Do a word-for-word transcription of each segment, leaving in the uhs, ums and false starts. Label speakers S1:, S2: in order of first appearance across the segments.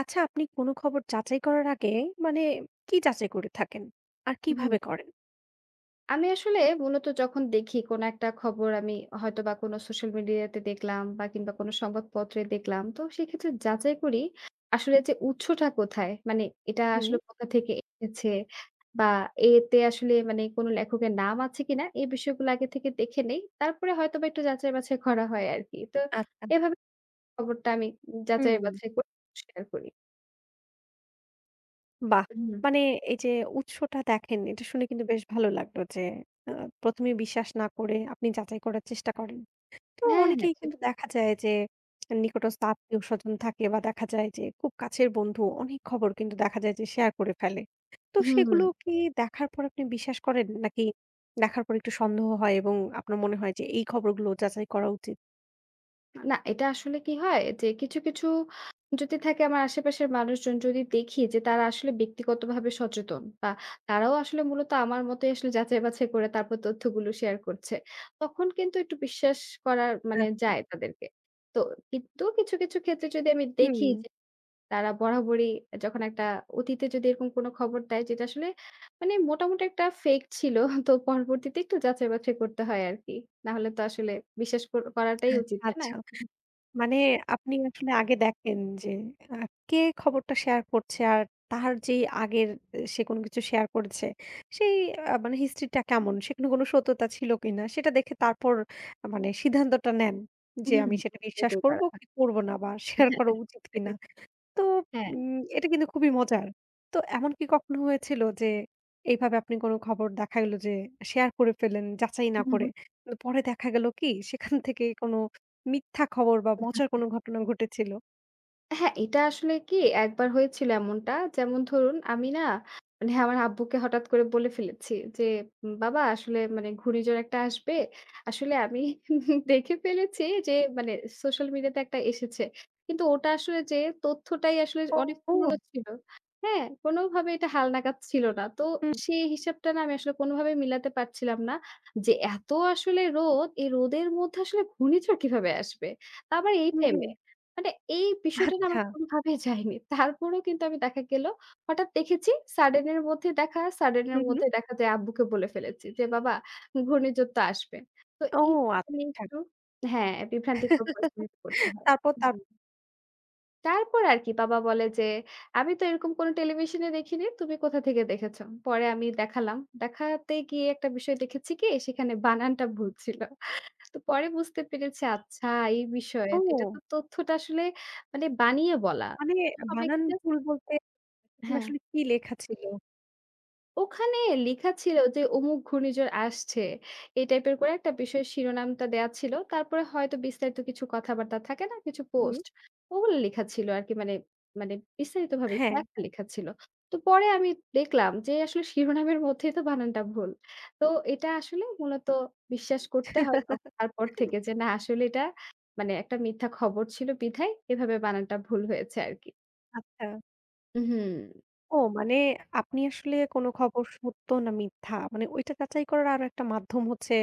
S1: আচ্ছা, আপনি কোনো খবর যাচাই করার আগে মানে কি যাচাই করে থাকেন? আর
S2: হুম,
S1: কিভাবে করেন?
S2: আমি আসলে মূলত যখন দেখি কোনো একটা খবর আমি হয়তোবা কোনো সোশ্যাল মিডিয়াতে দেখলাম বা কিংবা কোনো সংবাদপত্রে দেখলাম, তো সেক্ষেত্রে যাচাই করি আসলে যে উৎসটা কোথায়? মানে এটা
S1: হুম।
S2: আসলে কোথা থেকে এসেছে বা এতে আসলে মানে কোনো লেখকের নাম আছে কিনা? এই বিষয়গুলো আগে থেকে দেখে নেই। তারপরে হয়তোবা একটু যাচাই-বাছাই করা হয় আরকি। তো
S1: আচ্ছা।
S2: এভাবে খবরটা আমি
S1: হুম,
S2: যাচাই-বাছাই করে শেয়ার করি।
S1: বাহ!
S2: হুম।
S1: মানে এই যে উৎসটা দেখেন এটা শুনে কিন্তু বেশ ভালো লাগলো যে আ প্রথম এ বিশ্বাস না করে আপনি যাচাই করার চেষ্টা করেন। তো
S2: হ্যাঁ, হ্যাঁ।
S1: অনেকেই
S2: সে
S1: কিন্তু দেখা যায় যে নিকটস্থ আত্মীয়-স্বজন থাকে বা দেখা যায় যে খুব কাছের বন্ধু অনেক খবর কিন্তু দেখা যায় যে শেয়ার করে ফেলে। তো
S2: হুম।
S1: সেগুলো কি দেখার পর আপনি বিশ্বাস করেন? নাকি দেখার পর একটু সন্দেহ হয় এবং আপনার মনে হয় যে এই খবরগুলো যাচাই করা উচিত?
S2: না, এটা আসলে কি হয় যে কিছু, কিছু যদি থাকে আমার আশেপাশের মানুষজন যদি দেখি যে তারা আসলে ব্যক্তিগতভাবে সচেতন বা তারাও আসলে মূলত আমার মতোই আসলে যাচাই-বাছাই করে তারপর তথ্যগুলো শেয়ার করছে। তখন কিন্তু একটু বিশ্বাস করার মানে
S1: আচ্ছা।
S2: যায় তাদেরকে। তো কিন্তু কিছু, কিছু ক্ষেত্রে যদি আমি
S1: হুম,
S2: দেখি যে তারা বরাবরই যখন একটা অতীতে যদি এরকম কোনো খবর দেয় যেটা আসলে মানে মোটামুটি একটা ফেক ছিল তো পরবর্তীতে একটু যাচাই-বাছাই করতে হয় আরকি। নাহলে তো আসলে বিশ্বাস কর করাটাই
S1: হ্যাঁ।
S2: উচিত, তাই না?
S1: আচ্ছা। মানে আপনি আসলে আগে দেখেন যে আ কে খবরটা শেয়ার করছে আর তার যেই আগের আহ, সে কোনো কিছু শেয়ার করেছে সেই আ মানে হিস্ট্রিটা কেমন, সেখানে কোনো সত্যতা ছিল কিনা সেটা দেখে তারপর আহ, মানে সিদ্ধান্তটা নেন যে
S2: হুম,
S1: আমি
S2: হুম।
S1: সেটা বিশ্বাস
S2: যেতেই
S1: করব
S2: পারা।
S1: কি করব না বা শেয়ার করা উচিত কিনা।
S2: হ্যাঁ,
S1: তো
S2: হ্যাঁ।
S1: উম এটা কিন্তু খুবই মজার। তো এমন কি কখনো হয়েছিল যে এইভাবে আপনি কোনো খবর দেখা গেল যে শেয়ার করে ফেললেন যাচাই না
S2: হু,
S1: করে।
S2: হু।
S1: কিন্তু পরে দেখা গেল কি সেখান থেকে কোনো মিথ্যা খবর বা মজার কোনো ঘটনা ঘটেছিল?
S2: হ্যাঁ, এটা আসলে কি একবার হয়েছিল এমনটা। যেমন ধরুন আমি না মানে আমার আব্বুকে হঠাৎ করে বলে ফেলেছি যে, উম "বাবা আসলে মানে ঘূর্ণিঝড় একটা আসবে। আসলে আমি দেখে ফেলেছি যে মানে সোশ্যাল মিডিয়াতে একটা এসেছে।" কিন্তু ওটা আসলে যে তথ্যটাই আসলে অনেক
S1: ও!
S2: পুরনো ছিল। হ্যাঁ? কোনোভাবে এটা হালনাগাদ ছিল না। তো
S1: হুম,
S2: সেই হিসাবটা না আমি আসলে কোনোভাবে মিলাতে পারছিলাম না। যে এত আসলে রোদ, এই রোদের মধ্যে আসলে ঘূর্ণিঝড় কিভাবে আসবে? তা আবার এই
S1: হুম, হুম।
S2: টাইমে। মানে এই বিষয়টা না
S1: আচ্ছা।
S2: আমার কোনভাবেই যায়নি। তারপরেও কিন্তু আমি দেখা গেল হঠাৎ দেখেছি সাডেন এর মধ্যে দেখা, সাডেন
S1: হুম,
S2: এর
S1: হুম।
S2: মধ্যে দেখা যায় আব্বুকে বলে ফেলেছি যে, "বাবা ঘূর্ণিঝড় তো আসবে।" তো
S1: ও,
S2: এই নিয়ে
S1: আচ্ছা।
S2: একটু হ্যাঁ, বিভ্রান্তিকর পরিস্থিতিতে পড়তে হয়।
S1: তারপর, তার
S2: হুম। তারপর আর কি বাবা বলে যে, "আমি তো এরকম কোনো টেলিভিশনে দেখিনি। তুমি কোথা থেকে দেখেছ?" পরে আমি দেখালাম। দেখাতে গিয়ে একটা বিষয় দেখেছি কি সেখানে বানানটা ভুল ছিল। তো পরে বুঝতে পেরেছি আচ্ছা এই বিষয়ে। এটা তো
S1: ও
S2: তথ্যটা আসলে মানে বানিয়ে বলা।
S1: মানে বানান
S2: সবাইকে জাস্ট
S1: ভুল বলতে সেখানে
S2: হ্যাঁ।
S1: আসলে কি লেখা ছিল?
S2: ওখানে লেখা ছিল যে অমুক ঘূর্ণিঝড় আসছে। এই টাইপের করে একটা বিষয় শিরোনামটা দেয়া ছিল। তারপরে হয়তো বিস্তারিত কিছু কথাবার্তা থাকে না? কিছু
S1: হুম,
S2: পোস্ট। ওগুলো লেখা ছিল আরকি মানে, মানে বিস্তারিতভাবে
S1: হ্যাঁ।
S2: ব্যাখ্যা লেখা ছিল। তো পরে আমি দেখলাম যে আসলে শিরোনামের মধ্যেই তো বানানটা ভুল। তো এটা আসলে মূলত বিশ্বাস করতে হয় ত তারপর থেকে যে না আসলে এটা মানে একটা মিথ্যা খবর ছিল বিধায় এভাবে বানানটা ভুল হয়েছে আরকি।
S1: আচ্ছা।
S2: হুম।
S1: ও মানে আপনি আসলে কোনো খবর সত্য না মিথ্যা মানে ওইটা যাচাই করার আরো একটা মাধ্যম হচ্ছে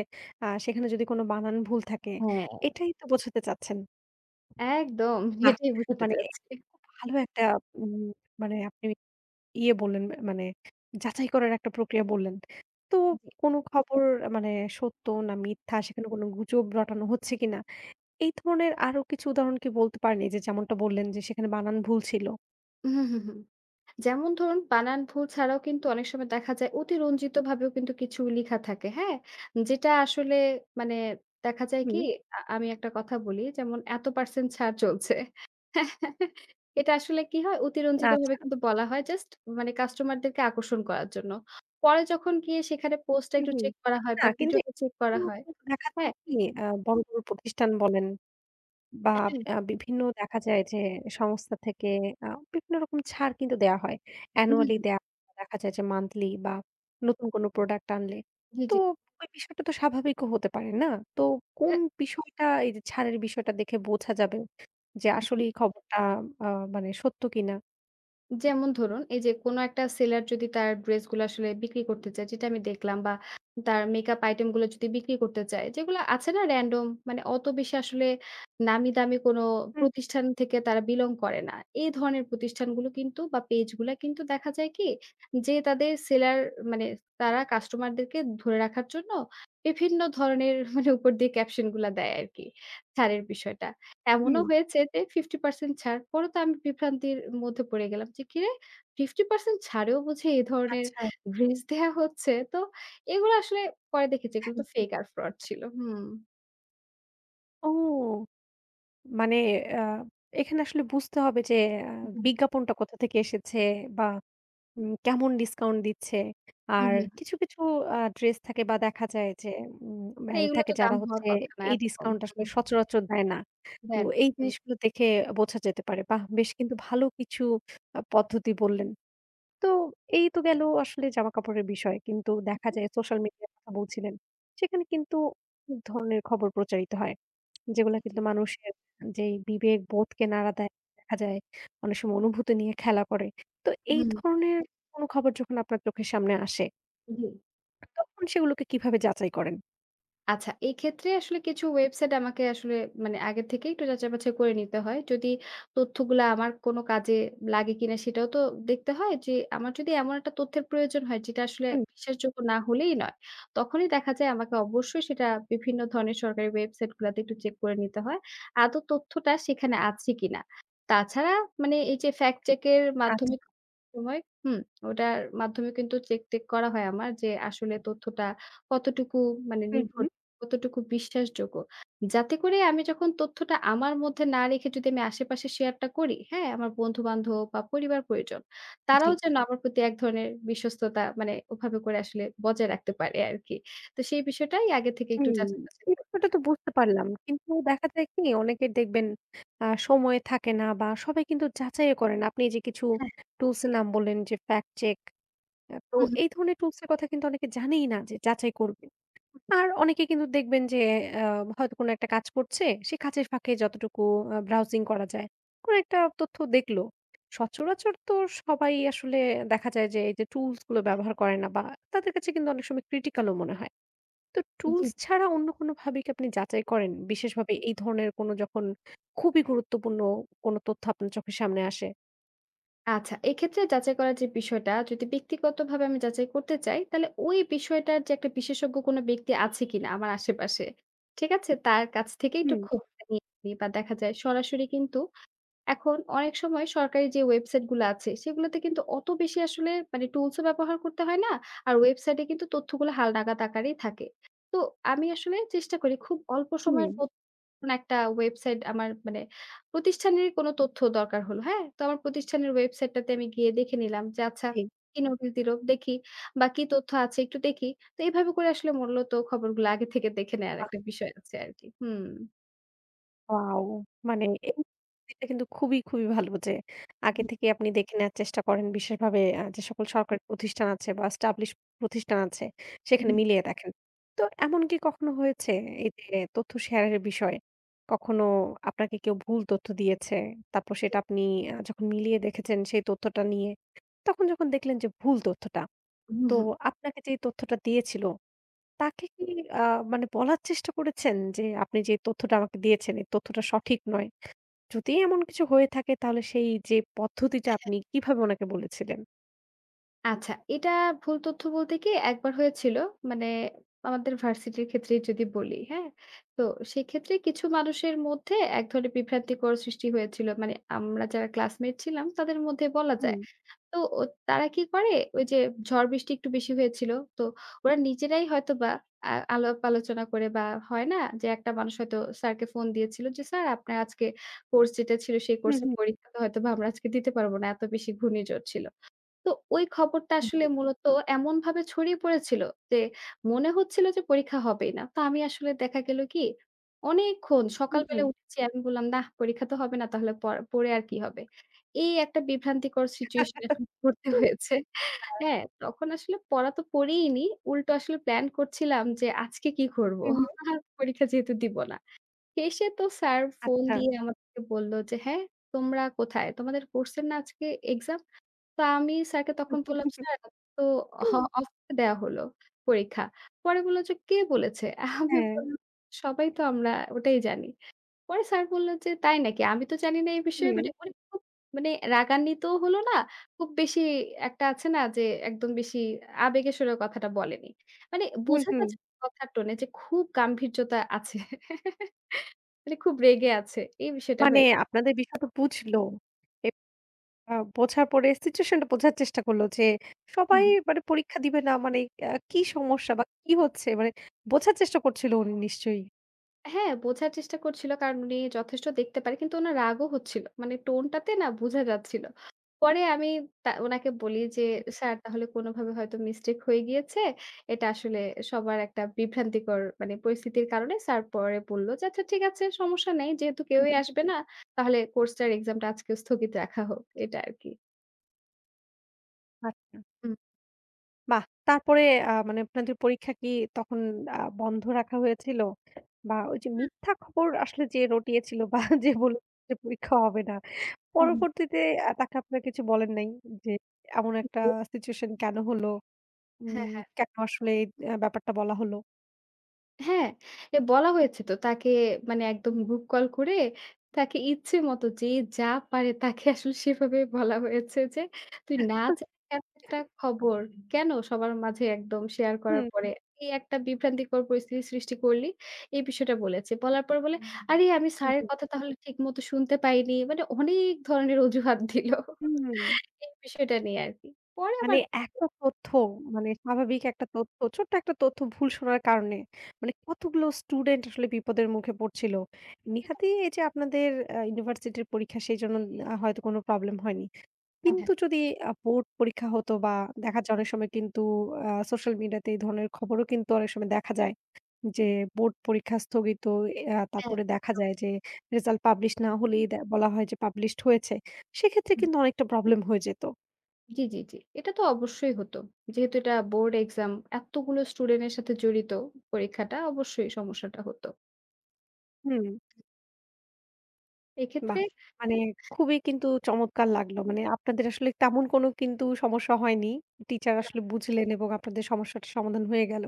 S1: আ সেখানে যদি কোনো বানান ভুল থাকে।
S2: হ্যাঁ।
S1: এটাই তো বোঝাতে চাচ্ছেন।
S2: একদম
S1: বাহ!
S2: এটাই বোঝাতে
S1: মানে
S2: চাচ্ছি।
S1: খুব ভালো একটা উম মানে আপনি ইয়ে বললেন, মানে যাচাই করার একটা প্রক্রিয়া বললেন। তো কোনো খবর মানে সত্য না মিথ্যা সেখানে কোনো গুজব রটানো হচ্ছে কিনা, এই ধরনের আরো কিছু উদাহরণ কি বলতে পারেন? এই যে যেমনটা বললেন যে সেখানে বানান ভুল ছিল।
S2: হুম, হুম, হুম। যেমন ধরুন বানান ভুল ছাড়াও কিন্তু অনেক সময় দেখা যায় অতিরঞ্জিত ভাবেও কিন্তু কিছু লিখা থাকে, হ্যাঁ? যেটা আসলে মানে দেখা যায় কি
S1: হুম।
S2: আ আমি একটা কথা বলি যেমন এত% ছাড় চলছে। এটা আসলে কি হয় অতিরঞ্জিতভাবে
S1: আচ্ছা।
S2: কিন্তু বলা হয় জাস্ট মানে কাস্টমারদেরকে আকর্ষণ করার জন্য। পরে যখন গিয়ে সেখানে পোস্টটা
S1: হুম,
S2: একটু
S1: হুম।
S2: চেক করা হয়
S1: না
S2: বা
S1: কিন্তু
S2: ভিডিওটা চেক করা হয়,
S1: দেখা যায়
S2: হ্যাঁ?
S1: কি আ বড়, বড় প্রতিষ্ঠান বলেন বা
S2: হ্যাঁ,
S1: আ বিভিন্ন দেখা যায় যে সংস্থা থেকে আ বিভিন্ন রকম ছাড় কিন্তু দেয়া হয়।
S2: হুম,
S1: annually
S2: হুম,
S1: দেয়া দেখা যায় যে monthly বা নতুন কোনো প্রোডাক্ট আনলে।
S2: জি,
S1: তো
S2: জি।
S1: ওই বিষয়টা তো স্বাভাবিকও হতে পারে, না? তো কোন বিষয়টা, এই যে ছাড়ের বিষয়টা দেখে বোঝা যাবে যে
S2: হ্যাঁ,
S1: আসলেই খবরটা আ মানে সত্য কিনা?
S2: যেমন ধরুন, এই যে কোনো একটা সেলার যদি তার ড্রেসগুলো আসলে বিক্রি করতে চায়, যেটা আমি দেখলাম বা তার মেকআপ আইটেম গুলো যদি বিক্রি করতে চায়, যেগুলো আছে না র‍্যান্ডম মানে অত বেশি আসলে নামি দামি কোনো
S1: হুম,
S2: প্রতিষ্ঠান থেকে তারা বিলং করে না। এই ধরনের প্রতিষ্ঠানগুলো কিন্তু বা পেজগুলা কিন্তু দেখা যায় কি যে তাদের সেলার মানে তারা কাস্টমারদেরকে ধরে রাখার জন্য বিভিন্ন ধরনের মানে উপর দিয়ে ক্যাপশন গুলা দেয় আরকি ছাড়ের বিষয়টা।
S1: হুম।
S2: এমনও হয়েছে যে পঞ্চাশ পার্সেন্ট ছাড়। পরে তো আমি বিভ্রান্তির মধ্যে পড়ে গেলাম যে, "কিরে পঞ্চাশ পার্সেন্ট ছাড়েও বুঝি এই ধরনের
S1: আচ্ছা।
S2: গ্রিজ দেয়া হচ্ছে?" তো এগুলো আসলে পরে দেখেছি এগুলো তো ফেক আর ফ্রড ছিল। হুম।
S1: ও! মানে আ এখানে আসলে বুঝতে হবে যে আ
S2: হুম।
S1: বিজ্ঞাপনটা কোথা থেকে এসেছে বা উম কেমন ডিসকাউন্ট দিচ্ছে।
S2: হুম,
S1: আর
S2: হুম।
S1: কিছু, কিছু আ ড্রেস থাকে বা দেখা যায় যে উম
S2: না
S1: ব্র্যান্ড
S2: এগুলো
S1: থাকে
S2: তো দাম
S1: যারা
S2: হওয়ার
S1: হচ্ছে
S2: কথা না
S1: এই
S2: এত কম।
S1: ডিসকাউন্ট আসলে
S2: হুম,
S1: সচরাচর দেয় না। তো
S2: দেয় না।
S1: এই
S2: হুম,
S1: জিনিসগুলো দেখে বোঝা যেতে পারে। বাহ! বেশ কিন্তু ভালো কিছু আ পদ্ধতি বললেন। তো এই তো গেল আসলে জামাকাপড়ের বিষয়। কিন্তু
S2: হুম,
S1: দেখা
S2: হুম।
S1: যায় সোশ্যাল মিডিয়ার কথা বলছিলেন। সেখানে কিন্তু অনেক ধরনের খবর প্রচারিত হয়, যেগুলা
S2: জি, জি।
S1: কিন্তু মানুষের যেই বিবেক বোধকে নাড়া দেয়, দেখা যায় অনেক সময় অনুভূতি নিয়ে খেলা করে। তো এই
S2: হুম,
S1: ধরনের কোনো খবর যখন আপনার চোখের সামনে আসে,
S2: জি।
S1: তখন সেগুলোকে কিভাবে যাচাই করেন?
S2: আচ্ছা, এক্ষেত্রে আসলে কিছু ওয়েবসাইট আমাকে আসলে মানে আগে থেকে একটু যাচাই-বাছাই করে নিতে হয়। যদি তথ্যগুলা আমার কোনো কাজে লাগে কিনা সেটাও তো দেখতে হয় যে, আমার যদি এমন একটা তথ্যের প্রয়োজন হয় যেটা আসলে
S1: হুম,
S2: বিশ্বাসযোগ্য না হলেই নয়, তখনই দেখা যায় আমাকে অবশ্যই সেটা বিভিন্ন ধরনের সরকারি ওয়েবসাইটগুলাতে একটু চেক করে নিতে হয়। আদৌ তথ্যটা সেখানে আছে কিনা। তাছাড়া মানে এই যে ফ্যাক্ট চেকের
S1: আচ্ছা।
S2: মাধ্যমে সময় হুম, ওটার মাধ্যমে কিন্তু চেক-টেক করা হয় আমার যে আসলে তথ্যটা কতটুকু মানে
S1: হুম,
S2: নির্ভর
S1: হুম।
S2: কতটুকু বিশ্বাসযোগ্য। যাতে করে আমি যখন তথ্যটা আমার মধ্যে না রেখে যদি আমি আশেপাশে শেয়ারটা করি, হ্যাঁ? আমার বন্ধু-বান্ধব বা পরিবার-পরিজন,
S1: জি।
S2: তারাও যেন আমার প্রতি এক ধরনের বিশ্বস্ততা মানে ওভাবে করে আসলে বজায় রাখতে পারে আরকি। তো সেই বিষয়টাই আগে থেকে একটু
S1: হুম,
S2: যাচাই-বাছাই
S1: এই
S2: করতে
S1: ব্যাপারটা
S2: হবে।
S1: তো বুঝতে পারলাম। কিন্তু দেখা যায় কি অনেকের দেখবেন আ সময় থাকে না বা সবাই কিন্তু যাচাইও করে না। আপনি এই যে কিছু
S2: হ্যাঁ।
S1: টুলস এর নাম বললেন যে ফ্যাক্ট চেক। আ তো
S2: হু, হু।
S1: এই ধরনের টুলস এর কথা কিন্তু অনেকে জানেই না যে যাচাই করবে। আর অনেকে কিন্তু দেখবেন যে আ হয়তো কোনো একটা কাজ করছে, সে কাজের ফাঁকে যতটুকু আ ব্রাউজিং করা যায়, কোনো একটা তথ্য দেখলো। সচরাচর তো সবাই আসলে দেখা যায় যে এই যে টুলস গুলো
S2: হ্যাঁ।
S1: ব্যবহার করে না বা তাদের কাছে কিন্তু অনেক সময় ক্রিটিক্যাল ও মনে হয়। তো
S2: জি,
S1: টুলস
S2: জি।
S1: ছাড়া অন্য কোনোভাবে কি আপনি যাচাই করেন? বিশেষভাবে এই ধরনের কোনো যখন খুবই গুরুত্বপূর্ণ কোনো তথ্য আপনার চোখের সামনে আসে?
S2: আচ্ছা, এক্ষেত্রে যাচাই করার যে বিষয়টা, যদি ব্যক্তিগতভাবে আমি যাচাই করতে চাই, তাহলে ওই বিষয়টার যে একটা বিশেষজ্ঞ কোনো ব্যক্তি আছে কিনা আমার আশেপাশে, ঠিক আছে? তার কাছ থেকে একটু
S1: হুম,
S2: খোঁজটা নিয়ে নিই বা দেখা যায় সরাসরি কিন্তু এখন অনেক সময় সরকারি যে ওয়েবসাইটগুলো আছে, সেগুলোতে কিন্তু অত বেশি আসলে মানে টুলসও ব্যবহার করতে হয় না। আর ওয়েবসাইটে কিন্তু তথ্যগুলো হালনাগাদ আকারেই থাকে। তো আমি আসলে চেষ্টা করি খুব অল্প সময়ের
S1: হুম।
S2: মধ্যে কোন একটা ওয়েবসাইট আমার মানে প্রতিষ্ঠানের কোন তথ্য দরকার হলো, হ্যাঁ? তো আমার প্রতিষ্ঠানের ওয়েবসাইটটাতে আমি গিয়ে দেখে নিলাম যে আচ্ছা
S1: জি।
S2: কি
S1: বাহ!
S2: নোটিশ দিল দেখি বা কি তথ্য আছে একটু দেখি। তো এভাবে করে আসলে মূলত খবরগুলো আগে থেকে দেখে নেয়ার একটা বিষয় আছে আরকি। হুম।
S1: ওয়াও! মানে এই এটা কিন্তু খুবই, খুবই ভালো যে আগে থেকে আপনি দেখে নেয়ার চেষ্টা করেন। বিশেষভাবে আ যে সকল সরকারি প্রতিষ্ঠান আছে বা established প্রতিষ্ঠান আছে
S2: হুম,
S1: সেখানে
S2: হুম,
S1: মিলিয়ে দেখেন। তো এমন কি কখনো হয়েছে এই যে তথ্য শেয়ারের বিষয়ে কখনো আপনাকে কেউ ভুল তথ্য দিয়েছে, তারপর
S2: জি।
S1: সেটা আপনি আ যখন মিলিয়ে দেখেছেন সেই তথ্যটা নিয়ে, তখন যখন দেখলেন যে ভুল তথ্যটা,
S2: হুম,
S1: তো
S2: হুম।
S1: আপনাকে যেই তথ্যটা দিয়েছিল তাকে কি আ মানে বলার চেষ্টা করেছেন যে, আপনি যে তথ্যটা আমাকে দিয়েছেন, এই তথ্যটা সঠিক নয়? যদি এমন কিছু হয়ে থাকে তাহলে সেই যে পদ্ধতিটা আপনি কিভাবে উনাকে বলেছিলেন?
S2: আচ্ছা, এটা ভুল তথ্য বলতে কি একবার হয়েছিল। মানে আমাদের ভার্সিটির ক্ষেত্রেই যদি বলি, হ্যাঁ? তো সেক্ষেত্রে কিছু মানুষের মধ্যে এক ধরনের বিভ্রান্তিকর সৃষ্টি হয়েছিল। মানে আমরা যারা ক্লাসমেট ছিলাম তাদের মধ্যে বলা
S1: হুম,
S2: যায়। তো ও তারা কি করে ওই যে ঝড় বৃষ্টি একটু বেশি হয়েছিল। তো ওরা নিজেরাই হয়তোবা আ আলাপ আলোচনা করে বা হয় না যে একটা মানুষ হয়তো স্যারকে ফোন দিয়েছিল যে, "স্যার আপনার আজকে কোর্স যেটা ছিল সেই
S1: হুম,
S2: কোর্সের পরীক্ষা তো হয়তোবা আমরা আজকে দিতে পারব না। এত বেশি ঘূর্ণিঝড় ছিল।" তো ওই খবরটা
S1: হুম,
S2: আসলে
S1: জি,
S2: মূলত এমনভাবে ছড়িয়ে পড়েছিল যে মনে হচ্ছিল যে পরীক্ষা হবেই না। তো আমি আসলে দেখা গেল কি অনেকক্ষণ
S1: হুম, হুম।
S2: সকালবেলা উঠেছি আমি বললাম, "নাহ পরীক্ষা তো হবে না তাহলে পড় পড়ে আর কি হবে?" এই একটা বিভ্রান্তিকর সিচুয়েশন এ এখন পড়তে হয়েছে।
S1: হ্যাঁ,
S2: হ্যাঁ, তখন আসলে পড়া তো পড়েইনি। উল্টো আসলে প্ল্যান করছিলাম যে আজকে কি করব?
S1: হুম, হুম।
S2: আর পরীক্ষা যেহেতু দিব না। শেষে তো স্যার ফোন
S1: আচ্ছা।
S2: দিয়ে আমাদেরকে বলল যে, "হ্যাঁ, তোমরা কোথায়? তোমাদের কোর্সের না আজকে এক্সাম?" তো আমি স্যারকে তখন বললাম, "স্যার তো হ অফিসে দেয়া হলো পরীক্ষা।" পরে বলল যে, "কে বলেছে?" আমি
S1: হ্যাঁ।
S2: বললাম, "সবাই তো আমরা ওটাই জানি।" পরে স্যার বলল যে, "তাই নাকি? আমি তো জানি না এই বিষয়ে।"
S1: হুম,
S2: মানে উনি খুব মানে রাগান্বিতও হলো না, খুব বেশি একটা আছে না যে একদম বেশি আবেগের সুরে কথাটা বলেনি। মানে
S1: হুম,
S2: বোঝা
S1: হুম।
S2: যাচ্ছে কথার টোনে যে খুব গাম্ভীর্যতা আছে। মানে খুব রেগে আছে। এই বিষয়টা
S1: মানে আপনাদের বিষয়টা বুঝলো। এব আ বোঝার পরে সিচুয়েশনটা বোঝার চেষ্টা করলো যে, সবাই
S2: হয়েছে।
S1: মানে পরীক্ষা দিবে না মানে আ কি সমস্যা বা কি হচ্ছে? মানে বোঝার চেষ্টা করছিল উনি নিশ্চয়ই।
S2: হ্যাঁ, বোঝার চেষ্টা করছিল কারণ উনি যথেষ্ট দেখতে পারে। কিন্তু উনার রাগও হচ্ছিল। মানে টোনটাতে না বোঝা যাচ্ছিল। পরে আমি তা উনাকে বলি যে, "স্যার তাহলে কোনভাবে হয়তো মিস্টেক হয়ে গিয়েছে। এটা আসলে সবার একটা বিভ্রান্তিকর মানে পরিস্থিতির কারণে স্যার পরে বলল যে, 'আচ্ছা ঠিক আছে সমস্যা নেই। যেহেতু
S1: হুম,
S2: কেউই আসবে না তাহলে কোর্সটার এক্সামটা আজকে স্থগিত রাখা হোক।' এটা আরকি।
S1: আচ্ছা।
S2: হুম।
S1: বাহ! তারপরে আ মানে আপনাদের পরীক্ষা কি তখন আ বন্ধ রাখা হয়েছিল? বা ওই যে
S2: হুম।
S1: মিথ্যা খবর আসলে যে রটিয়েছিল বা যে বলে যে পরীক্ষা হবে না,
S2: ওহ!
S1: পরবর্তীতে আ তাকে আপনারা কিছু বলেন নাই? যে এমন একটা সিচুয়েশন কেন হলো?
S2: হ্যাঁ,
S1: উম
S2: হ্যাঁ।
S1: কেন আসলে এই আ ব্যাপারটা বলা হলো?
S2: হ্যাঁ, এ বলা হয়েছে তো তাকে মানে একদম গ্রুপ কল করে তাকে ইচ্ছে মতো যে যা পারে তাকে আসলে সেভাবে বলা হয়েছে যে, "তুই নাচ এমন একটা খবর কেন সবার মাঝে একদম শেয়ার করার
S1: হুম,
S2: পরে এই একটা বিভ্রান্তিকর পরিস্থিতি সৃষ্টি করলি?" এই বিষয়টা বলেছে। বলার পর বলে, "আরে আমি স্যারের
S1: জি।
S2: কথা তাহলে ঠিকমতো শুনতে পাইনি।" মানে অনেক ধরনের অজুহাত দিল।
S1: হুম।
S2: এই বিষয়টা নিয়ে আরকি। পরে
S1: মানে
S2: আবার
S1: একটা তথ্য, মানে স্বাভাবিক একটা তথ্য, ছোট্ট একটা তথ্য ভুল শোনার কারণে মানে কতগুলো স্টুডেন্ট আসলে বিপদের মুখে পড়ছিল। নিহাতি এই যে আপনাদের আ ইউনিভার্সিটির পরীক্ষা সেইজন্য আ হয়তো কোনো প্রবলেম হয়নি।
S2: হ্যাঁ,
S1: কিন্তু যদি আ বোর্ড পরীক্ষা হতো বা দেখা যায় অনেক সময় কিন্তু আ সোশ্যাল মিডিয়াতে এই ধরনের খবরও কিন্তু অনেক সময় দেখা যায় যে বোর্ড পরীক্ষা স্থগিত, আ
S2: হ্যাঁ,
S1: তারপরে দেখা
S2: একদম।
S1: যায় যে রেজাল্ট পাবলিশ না হলেই দে বলা হয় যে পাবলিশড হয়েছে। সেক্ষেত্রে কিন্তু অনেকটা প্রবলেম হয়ে যেত।
S2: জি, জি, জি। এটা তো অবশ্যই হতো। যেহেতু এটা বোর্ড এক্সাম, এতগুলো স্টুডেন্টের সাথে জড়িত পরীক্ষাটা, অবশ্যই সমস্যাটা হতো।
S1: হুম। বাহ!
S2: এক্ষেত্রে
S1: মানে খুবই কিন্তু চমৎকার লাগলো। মানে আপনাদের আসলে তেমন কোনো কিন্তু সমস্যা হয়নি। টিচার আসলে বুঝলেন এবং আপনাদের সমস্যাটা সমাধান হয়ে গেল।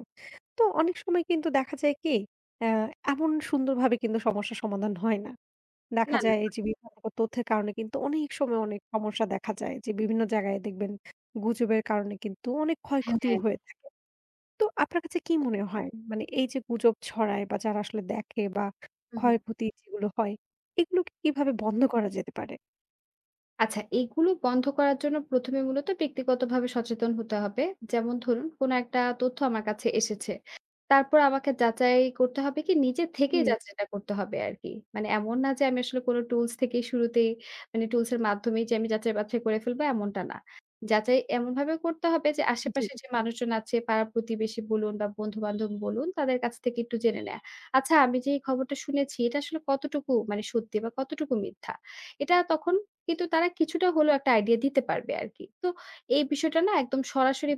S1: তো অনেক সময় কিন্তু দেখা যায় কি অ্যা এমন সুন্দরভাবে কিন্তু সমস্যার সমাধান হয় না। দেখা
S2: না, না
S1: যায় এই যে বিভ্রান্তিকর তথ্যের কারণে কিন্তু অনেক সময় অনেক সমস্যা দেখা যায় যে বিভিন্ন জায়গায় দেখবেন গুজবের কারণে কিন্তু অনেক ক্ষয়ক্ষতিও
S2: হ্যাঁ,
S1: হয়ে থাকে। তো আপনার কাছে কি মনে হয়? মানে এই যে গুজব ছড়ায় বা যারা আসলে দেখে বা
S2: হু, হু।
S1: ক্ষয়ক্ষতি যেগুলো হয়, এগুলোকে কিভাবে বন্ধ করা যেতে পারে?
S2: আচ্ছা, এগুলো বন্ধ করার জন্য প্রথম এ মূলত ব্যক্তিগতভাবে সচেতন হতে হবে। যেমন ধরুন, কোনো একটা তথ্য আমার কাছে এসেছে। তারপর আমাকে যাচাই করতে হবে কি নিজে থেকেই
S1: হুম,
S2: হুম। যাচাইটা করতে হবে আরকি। মানে এমন না যে আমি আসলে কোনো টুলস থেকেই শুরুতেই মানে টুলস এর মাধ্যমেই যে আমি যাচাই-বাছাই করে ফেলবো এমনটা না। যাচাই এমনভাবে করতে হবে যে
S1: জি,
S2: আশেপাশে যে মানুষজন আছে পাড়া-প্রতিবেশী বলুন বা বন্ধু-বান্ধব বলুন তাদের কাছ থেকে একটু জেনে নেয়া। আচ্ছা আমি যে এই খবরটা শুনেছি এটা আসলে কতটুকু মানে সত্যি বা কতটুকু মিথ্যা? এটা তখন কিন্তু তারা কিছুটা হলেও একটা আইডিয়া দিতে পারবে আরকি। তো এই বিষয়টা না একদম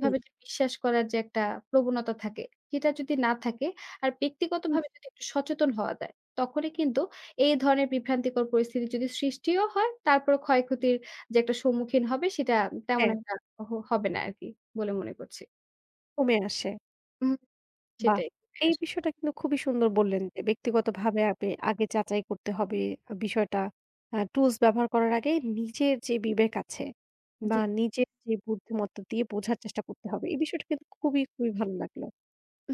S1: জি।
S2: যে বিশ্বাস করার যে একটা প্রবণতা থাকে, সেটা যদি না থাকে আর
S1: হুম,
S2: ব্যক্তিগতভাবে যদি একটু সচেতন হওয়া যায়, তখনই কিন্তু এই ধরনের বিভ্রান্তিকর পরিস্থিতি যদি সৃষ্টিও হয়, তারপরে ক্ষয়ক্ষতির যে একটা সম্মুখীন হবে সেটা তেমন
S1: হ্যাঁ,
S2: একটা হ হবে না আরকি বলে মনে করছি।
S1: কমে আসে।
S2: হুম,
S1: বাহ!
S2: সেটাই
S1: এই
S2: আসলে।
S1: বিষয়টা কিন্তু খুবই সুন্দর বললেন যে ব্যক্তিগতভাবে আপনি আগে যাচাই করতে হবে আ বিষয়টা। আ টুলস ব্যবহার করার আগে নিজের যে বিবেক আছে বা
S2: জি।
S1: নিজের যে বুদ্ধিমত্তা দিয়ে বোঝার চেষ্টা করতে হবে। এই বিষয়টা কিন্তু খুবই, খুবই ভালো লাগলো।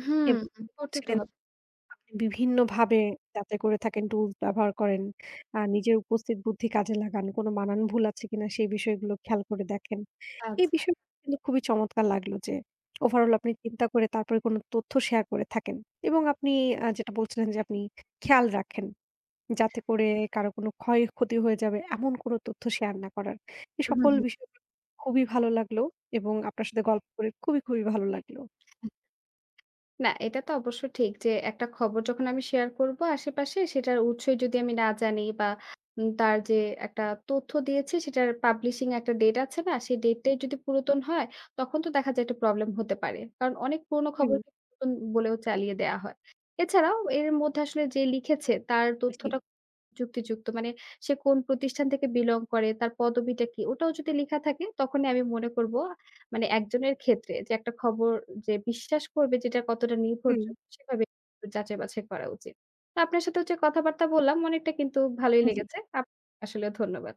S2: হুম,
S1: এবং
S2: করতে তো
S1: বলছিলেন
S2: হবে।
S1: আপনি বিভিন্নভাবে যাচাই করে থাকেন, টুলস ব্যবহার করেন। আ নিজের উপস্থিত বুদ্ধি কাজে লাগান। কোনো বানান ভুল আছে কিনা সেই বিষয়গুলো খেয়াল করে দেখেন। এই
S2: আচ্ছা।
S1: বিষয় কিন্তু খুবই চমৎকার লাগলো যে ওভারঅল আপনি চিন্তা করে তারপরে কোনো তথ্য শেয়ার করে থাকেন এবং আপনি
S2: জি।
S1: আ যেটা বলছিলেন যে আপনি খেয়াল রাখেন
S2: হ্যাঁ।
S1: যাতে করে কারো কোনো ক্ষয়ক্ষতি হয়ে যাবে এমন কোনো তথ্য শেয়ার না করার। এই
S2: হুম,
S1: সকল
S2: হুম।
S1: বিষয়গুলো খুবই ভালো লাগলো এবং আপনার সাথে গল্প করে খুবই, খুবই ভালো লাগলো।
S2: না, এটা তো অবশ্য ঠিক যে একটা খবর যখন আমি শেয়ার করব আশেপাশে সেটার উৎসই যদি আমি না জানি বা উম তার যে একটা তথ্য দিয়েছে সেটার পাবলিশিং একটা ডেট আছে না? সেই ডেটটাই যদি পুরাতন হয় তখন তো দেখা যায় একটা প্রবলেম হতে পারে। কারণ অনেক পুরনো
S1: হুম,
S2: খবর পুরাতন বলেও চালিয়ে দেয়া হয়। এছাড়াও এর মধ্যে আসলে যে লিখেছে তার
S1: জি,
S2: তথ্যটা যুক্তিযুক্ত মানে সে কোন প্রতিষ্ঠান থেকে বিলং করে, তার পদবিটা কি ওটাও যদি লেখা থাকে তখনই আমি মনে করব মানে একজনের ক্ষেত্রে যে একটা খবর যে বিশ্বাস করবে যেটা কতটা
S1: হুম,
S2: নির্ভরযোগ্য সেভাবে একটু যাচাই বাছাই করা উচিত। তো আপনার সাথে হচ্ছে কথাবার্তা বললাম অনেকটা কিন্তু ভালোই
S1: জি।
S2: লেগেছে। আপ আসলে ধন্যবাদ।